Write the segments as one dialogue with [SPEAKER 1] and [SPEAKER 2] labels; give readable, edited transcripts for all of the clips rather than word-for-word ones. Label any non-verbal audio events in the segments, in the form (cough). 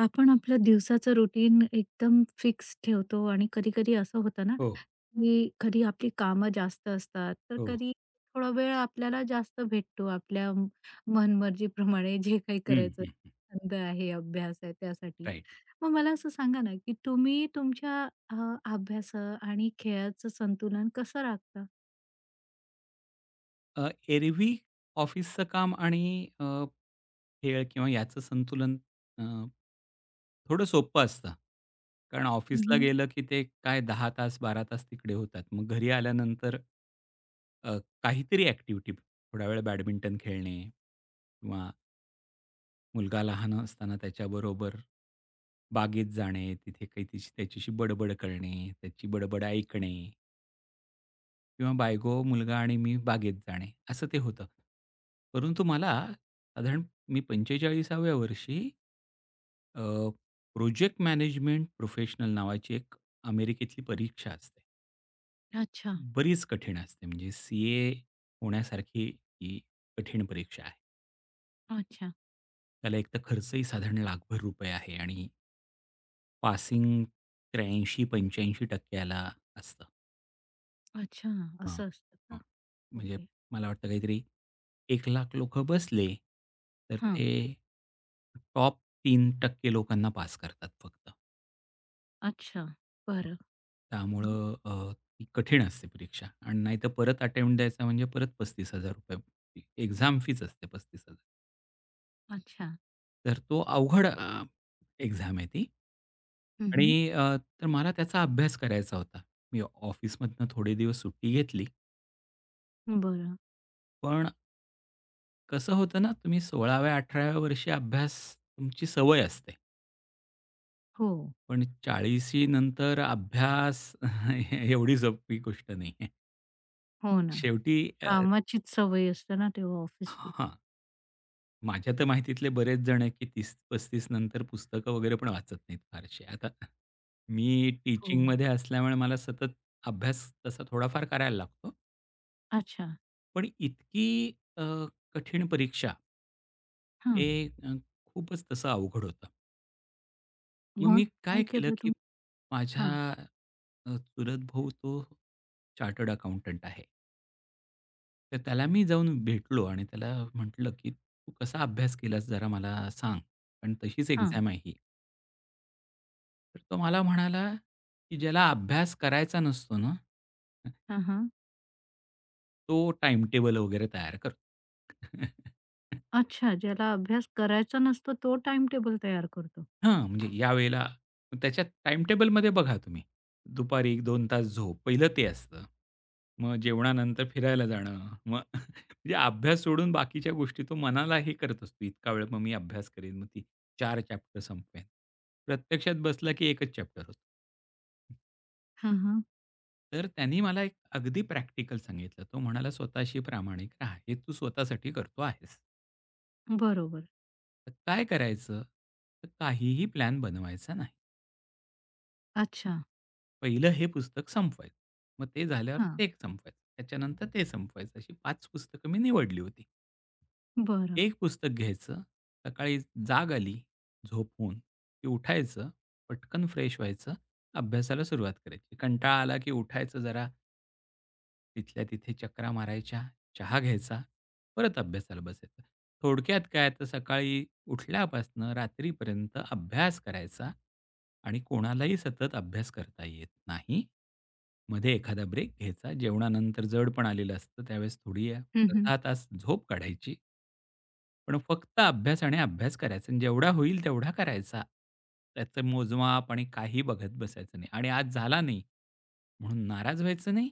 [SPEAKER 1] आपण आपलं दिवसाचं रुटीन एकदम फिक्स ठेवतो आणि कधी-कधी असं होतं ना,
[SPEAKER 2] हो,
[SPEAKER 1] की कधी आपली कामं जास्त असतात, तर
[SPEAKER 2] हो.
[SPEAKER 1] कधी थोडा वेळ आपल्याला जास्त भेटतो आपल्या मनमर्जीप्रमाणे जे काही
[SPEAKER 2] हं,
[SPEAKER 1] करायचं
[SPEAKER 2] हं.
[SPEAKER 1] छंद आहे, अभ्यास आहे त्यासाठी.
[SPEAKER 2] राइट.
[SPEAKER 1] मग मला असं सांगा ना, की तुम्ही तुमच्या अ, अभ्यास आणि खेळाचं संतुलन कसं राखता?
[SPEAKER 2] अ, एरवी ऑफिसचं काम आणि खेळ किंवा याचं संतुलन अ, थोडं सोपं असतं. कारण ऑफिसला
[SPEAKER 1] हं.
[SPEAKER 2] गेलं की ते काय 10 तास, 12 तास तिकडे होतात. मग घरी आल्यानंतर अ, काहीतरी ॲक्टिव्हिटी थोडा वेळ बॅडमिंटन खेळणे किंवा मुलगा लहान असताना त्याच्याबरोबर बागेत जाणे, तिथे काही तिची त्याच्याशी बडबड करणे, त्याची बडबड ऐकणे. किंवा बायको, मुलगा आणि मी बागेत जाणे, असं ते होतं. परंतु मला साधारण मी 45व्या वर्षी अ, प्रोजेक्ट मॅनेजमेंट प्रोफेशनल नावाची एक अमेरिकेतली परीक्षा असते.
[SPEAKER 1] अच्छा.
[SPEAKER 2] बरीच कठीण असते म्हणजे सी-ए होण्यासारखी ही कठीण परीक्षा आहे.
[SPEAKER 1] अच्छा.
[SPEAKER 2] त्याला एकतर खर्चही साधारण लाखभर रुपये आहे आणि पासिंग 83-85% ला असतं.
[SPEAKER 1] अच्छा,
[SPEAKER 2] हां.
[SPEAKER 1] असं असतं का?
[SPEAKER 2] म्हणजे
[SPEAKER 1] ओके.
[SPEAKER 2] मला वाटतं काहीतरी 1,00,000 लोकं बसले, तर
[SPEAKER 1] हां.
[SPEAKER 2] ते टॉप 3% लोकांना पास करतात फक्त.
[SPEAKER 1] अच्छा. बरं. हं.
[SPEAKER 2] त्यामुळं ती कठीण असते परीक्षा आणि नाही तर परत अटेम्प्ट द्यायचा म्हणजे परत ₹35,000 फी एक्झाम फीच असते 35,000.
[SPEAKER 1] अच्छा.
[SPEAKER 2] तर तो अवघड एक्झाम आहे ती.
[SPEAKER 1] हं.
[SPEAKER 2] आणि तर मला त्याचा अभ्यास करायचा होता. मी ऑफिसमधनं थोडे दिवस सुट्टी घेतली,
[SPEAKER 1] बरं.
[SPEAKER 2] पण कसं होतं ना, तुम्ही 16व्या-18व्या वर्षी अभ्यास तुमची सवय असते.
[SPEAKER 1] हो.
[SPEAKER 2] पण 40शी नंतर अभ्यास (laughs) एवढी सोपी गोष्ट नाही आहे.
[SPEAKER 1] हो हं. ना.
[SPEAKER 2] शेवटी अ,
[SPEAKER 1] कामाचीच सवय असते ना तेव्हा ऑफिसची.
[SPEAKER 2] हां, माझ्या तर माहितीतले बरेच जण आहेत, की 30-35 नंतर पुस्तकं वगैरे पण वाचत नाहीत फारशी. आता मी
[SPEAKER 1] हो.
[SPEAKER 2] टीचिंगमध्ये असल्यामुळे मला सतत अभ्यास तसा थोडाफार करायला लागतो.
[SPEAKER 1] अच्छा.
[SPEAKER 2] पण इतकी अ, कठीण परीक्षा हे
[SPEAKER 1] हां.
[SPEAKER 2] अ, खूपच तसं अवघड होतं. मग
[SPEAKER 1] मग
[SPEAKER 2] मी काय
[SPEAKER 1] काय
[SPEAKER 2] केलं,
[SPEAKER 1] केलं
[SPEAKER 2] की
[SPEAKER 1] तुम्ही?
[SPEAKER 2] माझ्या
[SPEAKER 1] हां,
[SPEAKER 2] चुलत भाऊ तो चार्टर्ड अकाउंटंट आहे. तर त्याला मी जाऊन भेटलो आणि त्याला म्हटलं, की "तू कसा अभ्यास केलास जरा मला सांग, कारण तशीच
[SPEAKER 1] हां.
[SPEAKER 2] एक्झाम आहे ही." तर तो मला म्हणाला, की "ज्याला अभ्यास करायचा नसतो ना,
[SPEAKER 1] हां, हां.
[SPEAKER 2] तो टाइम टेबल वगैरे तयार करतो." (laughs)
[SPEAKER 1] अच्छा, ज्याला अभ्यास करायचा नसतो तो टाइम टेबल तयार करतो.
[SPEAKER 2] हां, म्हणजे यावेळेला त्याच्या टाईमटेबलमध्ये बघा तुम्ही. दुपारी 1-2 तास झोप, पहिलं ते असतं. मग जेवणानंतर फिरायला जाणं, मग (laughs) म्हणजे अभ्यास सोडून बाकीच्या गोष्टी तो मनाला हे करत असतो. इतका वेळ मग मी अभ्यास करेन, मग ती 4 चॅप्टर संपवेन. प्रत्यक्षात बसला की एकच चॅप्टर होतो.
[SPEAKER 1] हां, हां.
[SPEAKER 2] तर त्यांनी मला एक अगदी प्रॅक्टिकल सांगितलं. तो म्हणाला, "स्वतःशी प्रामाणिक राहा. हे तू स्वतःसाठी करतो आहेस.
[SPEAKER 1] बरोबर.
[SPEAKER 2] तर काय करायचं? तर काहीही प्लॅन बनवायचा नाही."
[SPEAKER 1] अच्छा.
[SPEAKER 2] पहिलं हे पुस्तक संपवायचं. मग ते झाल्यावर
[SPEAKER 1] हां.
[SPEAKER 2] ते एक संपवायचं. त्याच्यानंतर ते संपवायचं. अशी 5 पुस्तकं मी निवडली होती.
[SPEAKER 1] बरं.
[SPEAKER 2] एक पुस्तक घ्यायचं, सकाळी जाग आली झोपून, की उठायचं, पटकन फ्रेश व्हायचं, अभ्यासाला सुरुवात करायची. कंटाळा आला की उठायचं जरा तिथल्या तिथे चकरा मारायच्या, चहा घ्यायचा, परत अभ्यासाला बसायचं. थोडक्यात काय तर सकाळी उठल्यापासनं रात्रीपर्यंत अभ्यास करायचा आणि कोणालाही सतत अभ्यास करता येत नाही. मध्ये एखादा ब्रेक घ्यायचा. जेवणानंतर जड पण आलेलं असतं त्यावेळेस थोडी
[SPEAKER 1] हं, हं.
[SPEAKER 2] अर्धा तास झोप काढायची. पण फक्त अभ्यास आणि अभ्यास करायचा आणि जेवढा होईल तेवढा करायचा. त्याचं मोजमाप आणि काही बघत बसायचं नाही आणि आज झाला नाही म्हणून नाराज व्हायचं नाही.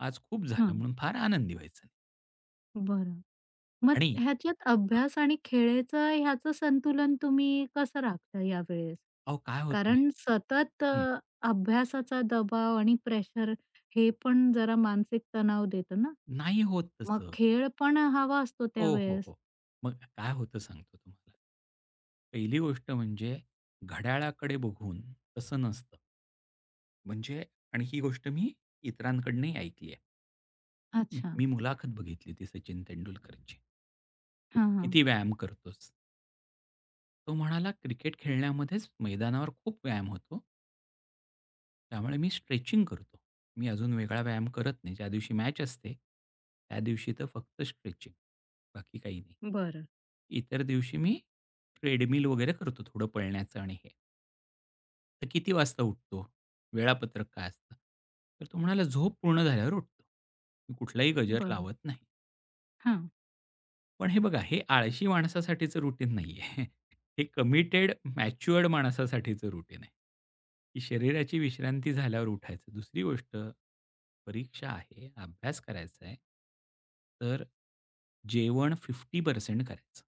[SPEAKER 2] आज खूप झालं
[SPEAKER 1] हां.
[SPEAKER 2] म्हणून फार आनंदी व्हायचं नाही.
[SPEAKER 1] बरं. मग
[SPEAKER 2] आणि
[SPEAKER 1] ह्याच्यात
[SPEAKER 2] हां,
[SPEAKER 1] अभ्यास आणि खेळाचं ह्याचं संतुलन तुम्ही कसं राखता यावेळेस?
[SPEAKER 2] अहो काय होतं
[SPEAKER 1] कारण सतत
[SPEAKER 2] माहिती हं,
[SPEAKER 1] अभ्यासाचा दबाव आणि प्रेशर हे पण जरा मानसिक तणाव देतं ना.
[SPEAKER 2] नाही होत
[SPEAKER 1] मग
[SPEAKER 2] तसं.
[SPEAKER 1] खेळ पण हवा असतो
[SPEAKER 2] हो, हो,
[SPEAKER 1] त्यावेळेस.
[SPEAKER 2] हो. मग काय होतं सांगतो तुम्हाला. पहिली गोष्ट म्हणजे घड्याळाकडे बघून तसं नसतं. म्हणजे आणि ही गोष्ट मी इतरांकडनंही ऐकली आहे.
[SPEAKER 1] अच्छा.
[SPEAKER 2] मी मुलाखत बघितली होती सचिन तेंडुलकरची. की
[SPEAKER 1] हां,
[SPEAKER 2] "तू
[SPEAKER 1] हां.
[SPEAKER 2] किती व्यायाम करतोस?" तो म्हणाला, "क्रिकेट खेळण्यामध्येच मैदानावर खूप व्यायाम होतो. त्यामुळे मी स्ट्रेचिंग करतो. मी अजून वेगळा व्यायाम करत नाही. ज्या दिवशी मॅच असते, त्या दिवशी तर फक्त स्ट्रेचिंग, बाकी काही नाही.
[SPEAKER 1] बरं,
[SPEAKER 2] इतर दिवशी मी ट्रेडमिल वगैरे करतो थोडं पळण्याचं आणि हे. तर किती वाजता उठतो? वेळापत्रक काय असतं? तर तो म्हणाला, "झोप पूर्ण झाल्यावर उठतो." मी कुठलाही गजर
[SPEAKER 1] बरं.
[SPEAKER 2] लावत नाही.
[SPEAKER 1] हां.
[SPEAKER 2] पण हे बघा, हे आळशी माणसासाठीचं रुटीन नाही आहे. हे कमिटेड, मॅच्युअर्ड माणसासाठीचं रुटीन आहे, की शरीराची विश्रांती झाल्यावर उठायचं. दुसरी गोष्ट, परीक्षा आहे, अभ्यास करायचा आहे, तर जेवण 50% करायचं.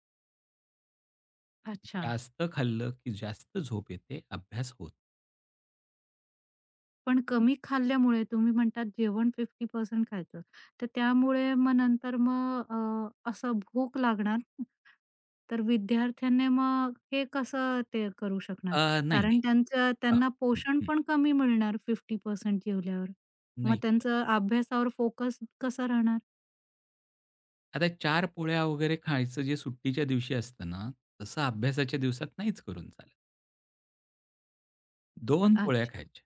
[SPEAKER 1] अच्छा.
[SPEAKER 2] जास्त खाल्लं की जास्त झोप येते, अभ्यास होत
[SPEAKER 1] पण कमी खाल्ल्यामुळे तुम्ही म्हणतात जेवण 50% खायचं. तर त्यामुळे मग नंतर असं भूक लागणार. तर विद्यार्थ्यांनी मग हे कसं ते करू
[SPEAKER 2] अ,
[SPEAKER 1] शकणार?
[SPEAKER 2] नाही, नाही.
[SPEAKER 1] कारण त्यांचं
[SPEAKER 2] हां.
[SPEAKER 1] त्यांना
[SPEAKER 2] हं,
[SPEAKER 1] पोषण
[SPEAKER 2] हं.
[SPEAKER 1] पण कमी मिळणार 50% जेवल्यावर. मग
[SPEAKER 2] नाही. क-
[SPEAKER 1] त्यांचं अभ्यासावर फोकस कसा राहणार?
[SPEAKER 2] आता 4 पोळ्या वगैरे खायचं जे सुट्टीच्या दिवशी असतं ना, तसं अभ्यासाच्या दिवसात नाहीच करून चालत. 2 पोळ्या
[SPEAKER 1] अच्छा.
[SPEAKER 2] खायच्या.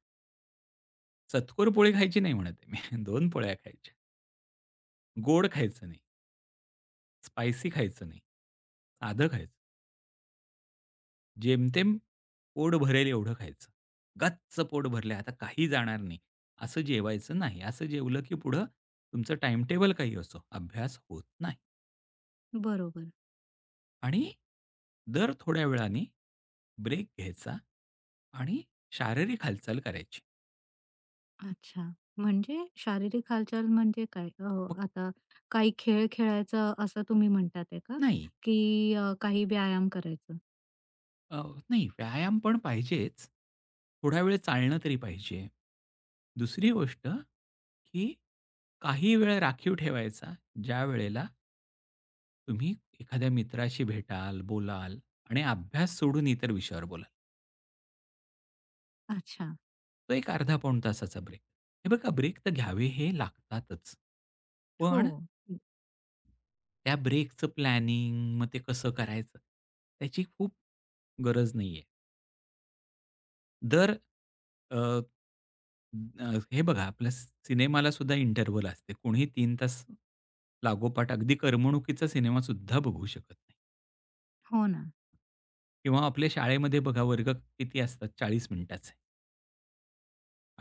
[SPEAKER 2] सतकोर पोळी खायची नाही म्हणत आहे मी. (laughs) 2 पोळ्या खायच्या. गोड खायचं नाही, स्पायसी खायचं नाही. साधं खायचं. जेमतेम पोट भरेल एवढं खायचं. गच्च पोट भरलंय आता काही जाणार नाही, असं जेवायचं नाही. असं जेवलं की पुढं तुमचं टाईमटेबल काही असो, अभ्यास होत नाही.
[SPEAKER 1] बरोबर.
[SPEAKER 2] आणि दर थोड्या वेळाने ब्रेक घ्यायचा आणि शारीरिक हालचाल करायची.
[SPEAKER 1] अच्छा. म्हणजे शारीरिक हालचाल म्हणजे काय?
[SPEAKER 2] मग
[SPEAKER 1] आता काही खेळ खेळायचं असं तुम्ही म्हणतात आहे का?
[SPEAKER 2] नाही.
[SPEAKER 1] की काही व्यायाम करायचं?
[SPEAKER 2] अ, नाही व्यायाम पण पाहिजेच. थोडा वेळ चालणं तरी पाहिजे. दुसरी गोष्ट, की काही वेळ राखीव ठेवायचा, ज्या वेळेला तुम्ही एखाद्या मित्राशी भेटाल, बोलाल आणि अभ्यास सोडून इतर विषयावर बोलाल.
[SPEAKER 1] अच्छा.
[SPEAKER 2] तो एक अर्धा पाऊण तासाचा ब्रेक. हे बघा ब्रेक तर घ्यावे हे लागतातच.
[SPEAKER 1] हो.
[SPEAKER 2] पण
[SPEAKER 1] हं.
[SPEAKER 2] त्या ब्रेकचं प्लॅनिंग मग ते कसं करायचं, त्याची खूप गरज नाहीये. दर अ, हे बघा आपल्या सिनेमाला सुद्धा इंटरव्हल असते. कोणीही 3 तास लागोपाठ अगदी करमणुकीचा सिनेमासुद्धा बघू शकत नाही
[SPEAKER 1] हो ना.
[SPEAKER 2] किंवा आपल्या शाळेमध्ये बघा वर्ग किती असतात 40 मिनिटाचे.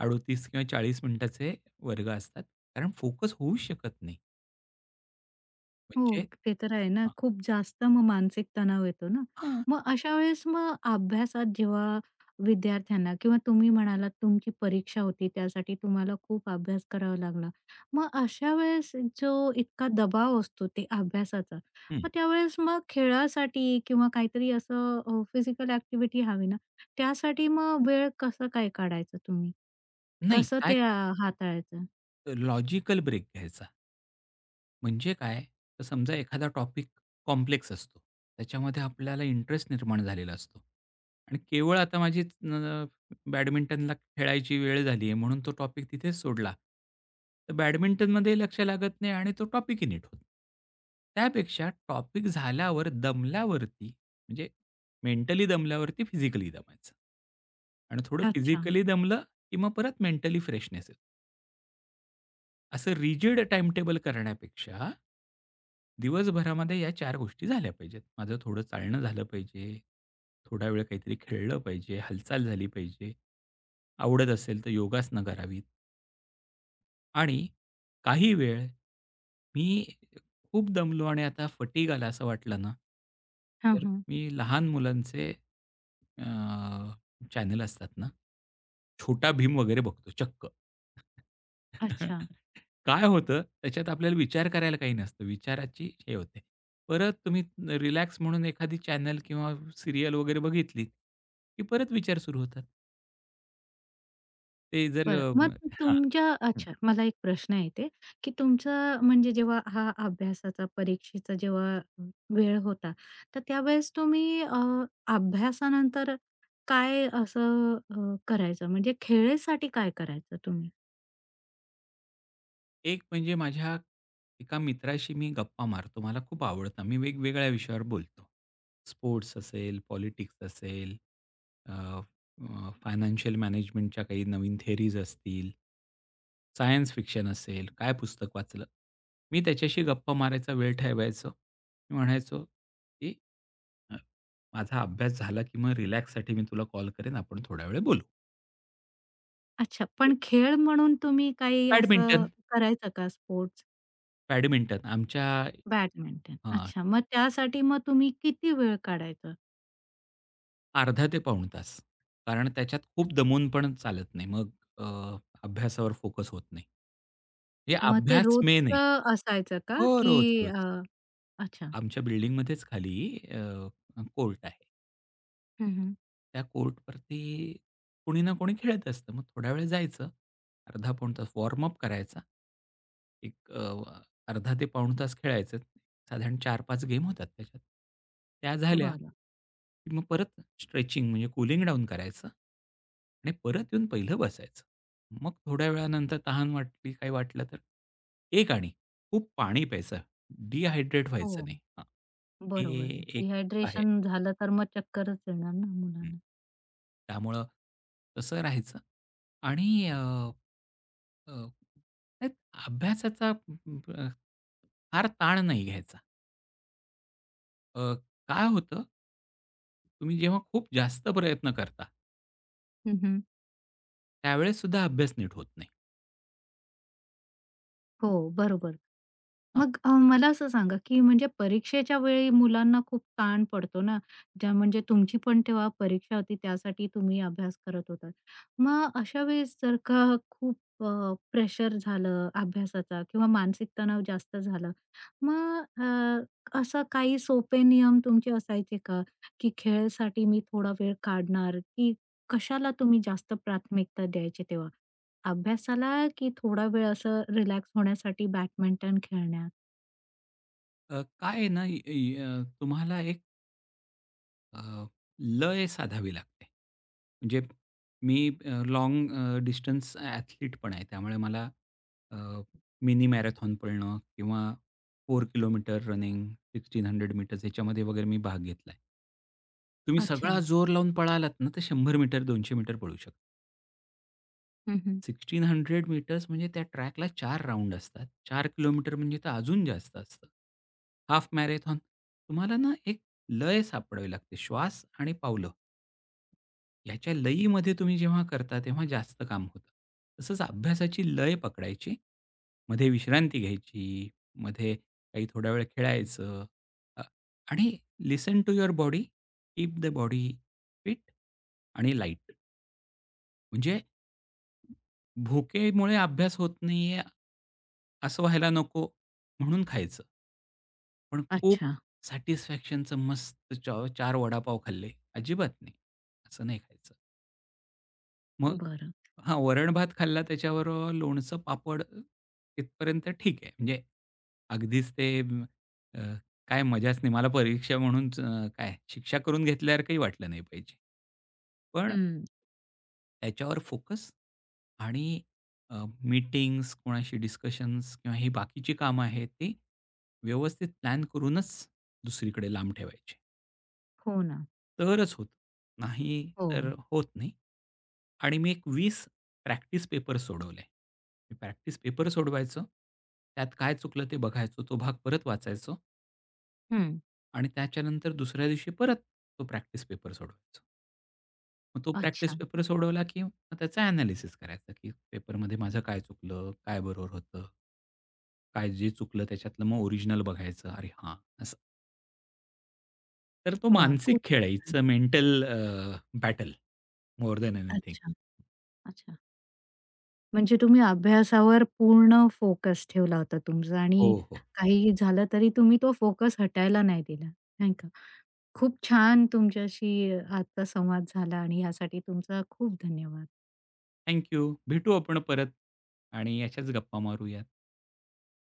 [SPEAKER 2] 38 किंवा 40 मिनिटाचे वर्ग असतात. कारण फोकस होऊ शकत नाही. म्हणजे
[SPEAKER 1] हो, ते
[SPEAKER 2] हां,
[SPEAKER 1] तर आहे ना. खूप जास्त मग मानसिक तणाव येतो ना.
[SPEAKER 2] हां.
[SPEAKER 1] मग अशा वेळेस मग अभ्यासात जेव्हा विद्यार्थ्यांना किंवा तुम्ही म्हणालात तुमची परीक्षा होती त्यासाठी तुम्हाला खूप अभ्यास करावा लागला. मग अशा वेळेस जो इतका दबाव असतो ते अभ्यासाचा,
[SPEAKER 2] हं.
[SPEAKER 1] मग त्यावेळेस मग खेळासाठी किंवा काहीतरी असं फिजिकल ॲक्टिव्हिटी हवी ना, त्यासाठी मग वेळ कसं काय काढायचं तुम्ही?
[SPEAKER 2] नाही
[SPEAKER 1] कसं
[SPEAKER 2] काय
[SPEAKER 1] ते हाताळायचं?
[SPEAKER 2] लॉजिकल ब्रेक घ्यायचा. म्हणजे काय? तर समजा एखादा टॉपिक कॉम्प्लेक्स असतो. त्याच्यामध्ये आपल्याला इंटरेस्ट निर्माण झालेला असतो आणि केवळ आता माझी बॅडमिंटनला खेळायची वेळ झाली आहे म्हणून तो टॉपिक तिथेच सोडला. तर बॅडमिंटनमध्ये लक्ष लागत नाही आणि तो टॉपिकही नीट होत नाही. त्यापेक्षा टॉपिक झाल्यावर दमल्यावरती म्हणजे मेंटली दमल्यावरती फिजिकली दमायचं आणि थोडं
[SPEAKER 1] अच्छा.
[SPEAKER 2] फिजिकली दमलं, की मग परत मेंटली फ्रेशनेस येतो. असं रिजिड टाईमटेबल करण्यापेक्षा, दिवसभरामध्ये या 4 गोष्टी झाल्या पाहिजेत. माझं थोडं चालणं झालं पाहिजे, थोडा वेळ काहीतरी खेळलं पाहिजे, हालचाल झाली पाहिजे, आवडत असेल तर योगासनं करावीत. आणि काही वेळ मी खूप दमलो आणि आता फटीग आला असं वाटलं ना, तर
[SPEAKER 1] हां,
[SPEAKER 2] मी लहान मुलांचे अ, चॅनल असतात ना, छोटा भीम वगैरे बघतो चक्क.
[SPEAKER 1] अच्छा.
[SPEAKER 2] (laughs) काय होतं त्याच्यात आपल्याला विचार करायला काही नसतं. विचाराची हे होते. परत तुम्ही रिलॅक्स म्हणून एखादी चॅनल किंवा सीरियल वगैरे बघितली, की परत विचार सुरू होतात. ते जर अ,
[SPEAKER 1] बरं. मग
[SPEAKER 2] हां.
[SPEAKER 1] तुमच्या अच्छा, मला एक प्रश्न आहे इथे, की तुमचा म्हणजे जेव्हा हा अभ्यासाचा, परीक्षेचा जेव्हा वेळ होता, तर त्यावेळेस तुम्ही अभ्यासानंतर काय असं करायचं? म्हणजे खेळासाठी काय करायचं तुम्ही?
[SPEAKER 2] एक म्हणजे माझ्या एका मित्राशी मी गप्पा मारतो. मला खूप आवडतं. मी वेगवेगळ्या विषयावर बोलतो. स्पोर्ट्स असेल, पॉलिटिक्स असेल, अ, अ, फायनान्शियल मॅनेजमेंटच्या काही नवीन थिअरीज असतील, सायन्स फिक्शन असेल, काय पुस्तक वाचलं. मी त्याच्याशी गप्पा मारायचा वेळ ठेवायचो. मी म्हणायचो, की अ, "माझा अभ्यास झाला की मग रिलॅक्ससाठी मी तुला कॉल करेन. आपण थोड्या वेळ बोलू."
[SPEAKER 1] अच्छा, पण
[SPEAKER 2] एक.
[SPEAKER 1] खेळ म्हणून तुम्ही काही असं
[SPEAKER 2] बॅडमिंटन,
[SPEAKER 1] करायचं का स्पोर्ट्स?
[SPEAKER 2] बॅडमिंटन आमच्या
[SPEAKER 1] बॅडमिंटन. अच्छा, मग त्यासाठी मग तुम्ही किती वेळ काढायचा?
[SPEAKER 2] अर्धा ते पाऊण तास. कारण त्याच्यात खूप दमून पण चालत नाही. मग अ, अभ्यासावर फोकस होत नाही. म्हणजे
[SPEAKER 1] मग ते
[SPEAKER 2] अभ्यास मेन आहे.
[SPEAKER 1] रोजचं असायचं का?
[SPEAKER 2] हो,
[SPEAKER 1] की
[SPEAKER 2] रोज, रोज.
[SPEAKER 1] अच्छा.
[SPEAKER 2] आमच्या बिल्डिंगमध्येच खाली कोर्ट आहे.
[SPEAKER 1] हं, हं.
[SPEAKER 2] त्या कोर्टवरती कोणी ना कोणी खेळत असतं. मग थोडा वेळ जायचं, अर्धा पाऊण तास वॉर्म करायचा. एक अ, अर्धा ते पाऊण तास खेळायचं. साधारण 4-5 गेम होतात त्याच्यात. त्या झाल्या,
[SPEAKER 1] बरं.
[SPEAKER 2] की मग परत स्ट्रेचिंग म्हणजे कूलिंग डाऊन करायचं आणि परत येऊन पहिलं बसायचं. मग थोड्या वेळानंतर तहान वाटली, काही वाटलं तर एक आणि खूप पाणी प्यायचं. डिहायड्रेट व्हायचं
[SPEAKER 1] हो,
[SPEAKER 2] नाही. हां.
[SPEAKER 1] बरोबर.
[SPEAKER 2] हे एक आहे.
[SPEAKER 1] डिहायड्रेशन झालं तर मग चक्करच येणार ना
[SPEAKER 2] हं.
[SPEAKER 1] मुलांना.
[SPEAKER 2] त्यामुळं तसं राहायचं आणि अ, अ, त्यात अभ्यासाचा फार ताण नाही घ्यायचा. अ, काय होतं तुम्ही जेव्हा खूप जास्त प्रयत्न करता,
[SPEAKER 1] हं, हं.
[SPEAKER 2] त्यावेळेस सुद्धा अभ्यास नीट होत नाही.
[SPEAKER 1] हो, बरोबर.
[SPEAKER 2] हां.
[SPEAKER 1] मग मला असं सांगा, की म्हणजे परीक्षेच्या वेळी मुलांना खूप ताण पडतो ना, ज्या म्हणजे तुमची पण तेव्हा परीक्षा होती त्यासाठी तुम्ही अभ्यास करत होतात. मग अशा वेळेस जर का खूप प्रेशर झालं अभ्यासाचा किंवा मानसिक तणाव जास्त झाला. मग असं काही सोपे नियम तुमचे असायचे का? की खेळासाठी मी थोडा वेळ काढणार, की कशाला तुम्ही जास्त प्राथमिकता द्यायची तेव्हा? अभ्यासाला की थोडा वेळ असं रिलॅक्स होण्यासाठी बॅडमिंटन खेळण्यात?
[SPEAKER 2] काय आहे ना, य य तुम्हाला एक अ, लय साधावी लागते. म्हणजे मी लॉंग डिस्टन्स ॲथलीट पण आहे. त्यामुळे मला अ, मिनी मॅरेथॉन पळणं किंवा 4 किलोमीटर रनिंग, 1600 मीटर्स ह्याच्यामध्ये वगैरे मी भाग घेतलाय. तुम्ही
[SPEAKER 1] अच्छा.
[SPEAKER 2] सगळा जोर लावून पळालात ना, तर 100 मीटर, 200 मीटर पळू शकता.
[SPEAKER 1] हं, हं.
[SPEAKER 2] 1600 मीटर्स म्हणजे त्या ट्रॅकला 4 राउंड असतात. 4 किलोमीटर म्हणजे तर अजून जास्त असतं. हाल्फ मॅरेथॉन तुम्हाला ना, एक लय सापडावी लागते. श्वास आणि पावलं. ह्याच्या लयीमध्ये तुम्ही जेव्हा करता तेव्हा जास्त काम होतं. तसंच अभ्यासाची लय पकडायची. मध्ये विश्रांती घ्यायची, मध्ये काही थोडा वेळ खेळायचं अ, आणि listen to your body, keep the body fit आणि लाईट. म्हणजे भुकेमुळे अभ्यास होत नाहीये असं व्हायला नको म्हणून खायचं. पण खूप
[SPEAKER 1] अच्छा.
[SPEAKER 2] सॅटिस्फॅक्शनचं मस्त चॉ 4 वडापाव खाल्ले, अजिबात नाही. असं नाही खायचं. मग
[SPEAKER 1] बरं.
[SPEAKER 2] हां, वरण-भात खाल्ला त्याच्यावर लोणचं, पापड तिथपर्यंत ठीक आहे. म्हणजे अगदीच ते अ, काय मजाच नाही. मला परीक्षा म्हणून काय शिक्षा करून घेतल्यासारखंही वाटलं नाही पाहिजे. पण
[SPEAKER 1] हं.
[SPEAKER 2] त्याच्यावर फोकस आणि मीटिंग्स, कोणाशी डिस्कशन्स किंवा ही बाकीची कामं आहेत ती व्यवस्थित प्लॅन करूनच दुसरीकडे लांब ठेवायची.
[SPEAKER 1] हो ना.
[SPEAKER 2] तरच होतं. हं. नाही
[SPEAKER 1] हो.
[SPEAKER 2] तर होत नाही. आणि मी एक 20 प्रॅक्टिस पेपर सोडवले. मी प्रॅक्टिस पेपर सोडवायचो. त्यात काय चुकलं ते बघायचो. तो भाग परत वाचायचो
[SPEAKER 1] हं.
[SPEAKER 2] आणि त्याच्यानंतर दुसऱ्या दिवशी परत तो प्रॅक्टिस पेपर सोडवायचो. मग तो प्रॅक्टिस
[SPEAKER 1] अच्छा.
[SPEAKER 2] पेपर सोडवला, की मग त्याचा ॲनालिसिस करायचा, की पेपरमध्ये माझं काय चुकलं? काय बरोबर होतं? काय जे चुकलं त्याच्यातलं मग ओरिजिनल बघायचं. अरे हां, असं. तर तो
[SPEAKER 1] वाह! खूप
[SPEAKER 2] मानसिक खेळ आहे. इट्स
[SPEAKER 1] छान.
[SPEAKER 2] A mental battle more than anything.
[SPEAKER 1] अच्छा, अच्छा. म्हणजे तुम्ही अभ्यासावर पूर्ण फोकस ठेवला होता तुमचा
[SPEAKER 2] हो,
[SPEAKER 1] आणि
[SPEAKER 2] हो.
[SPEAKER 1] काही झालं तरी तुम्ही तो फोकस हटायला नाही दिला, नाही का? खूप छान तुमच्याशी आजचा संवाद झाला आणि यासाठी तुमचा खूप धन्यवाद.
[SPEAKER 2] Thank you. भेटू आपण परत आणि अशाच गप्पा मारूयात.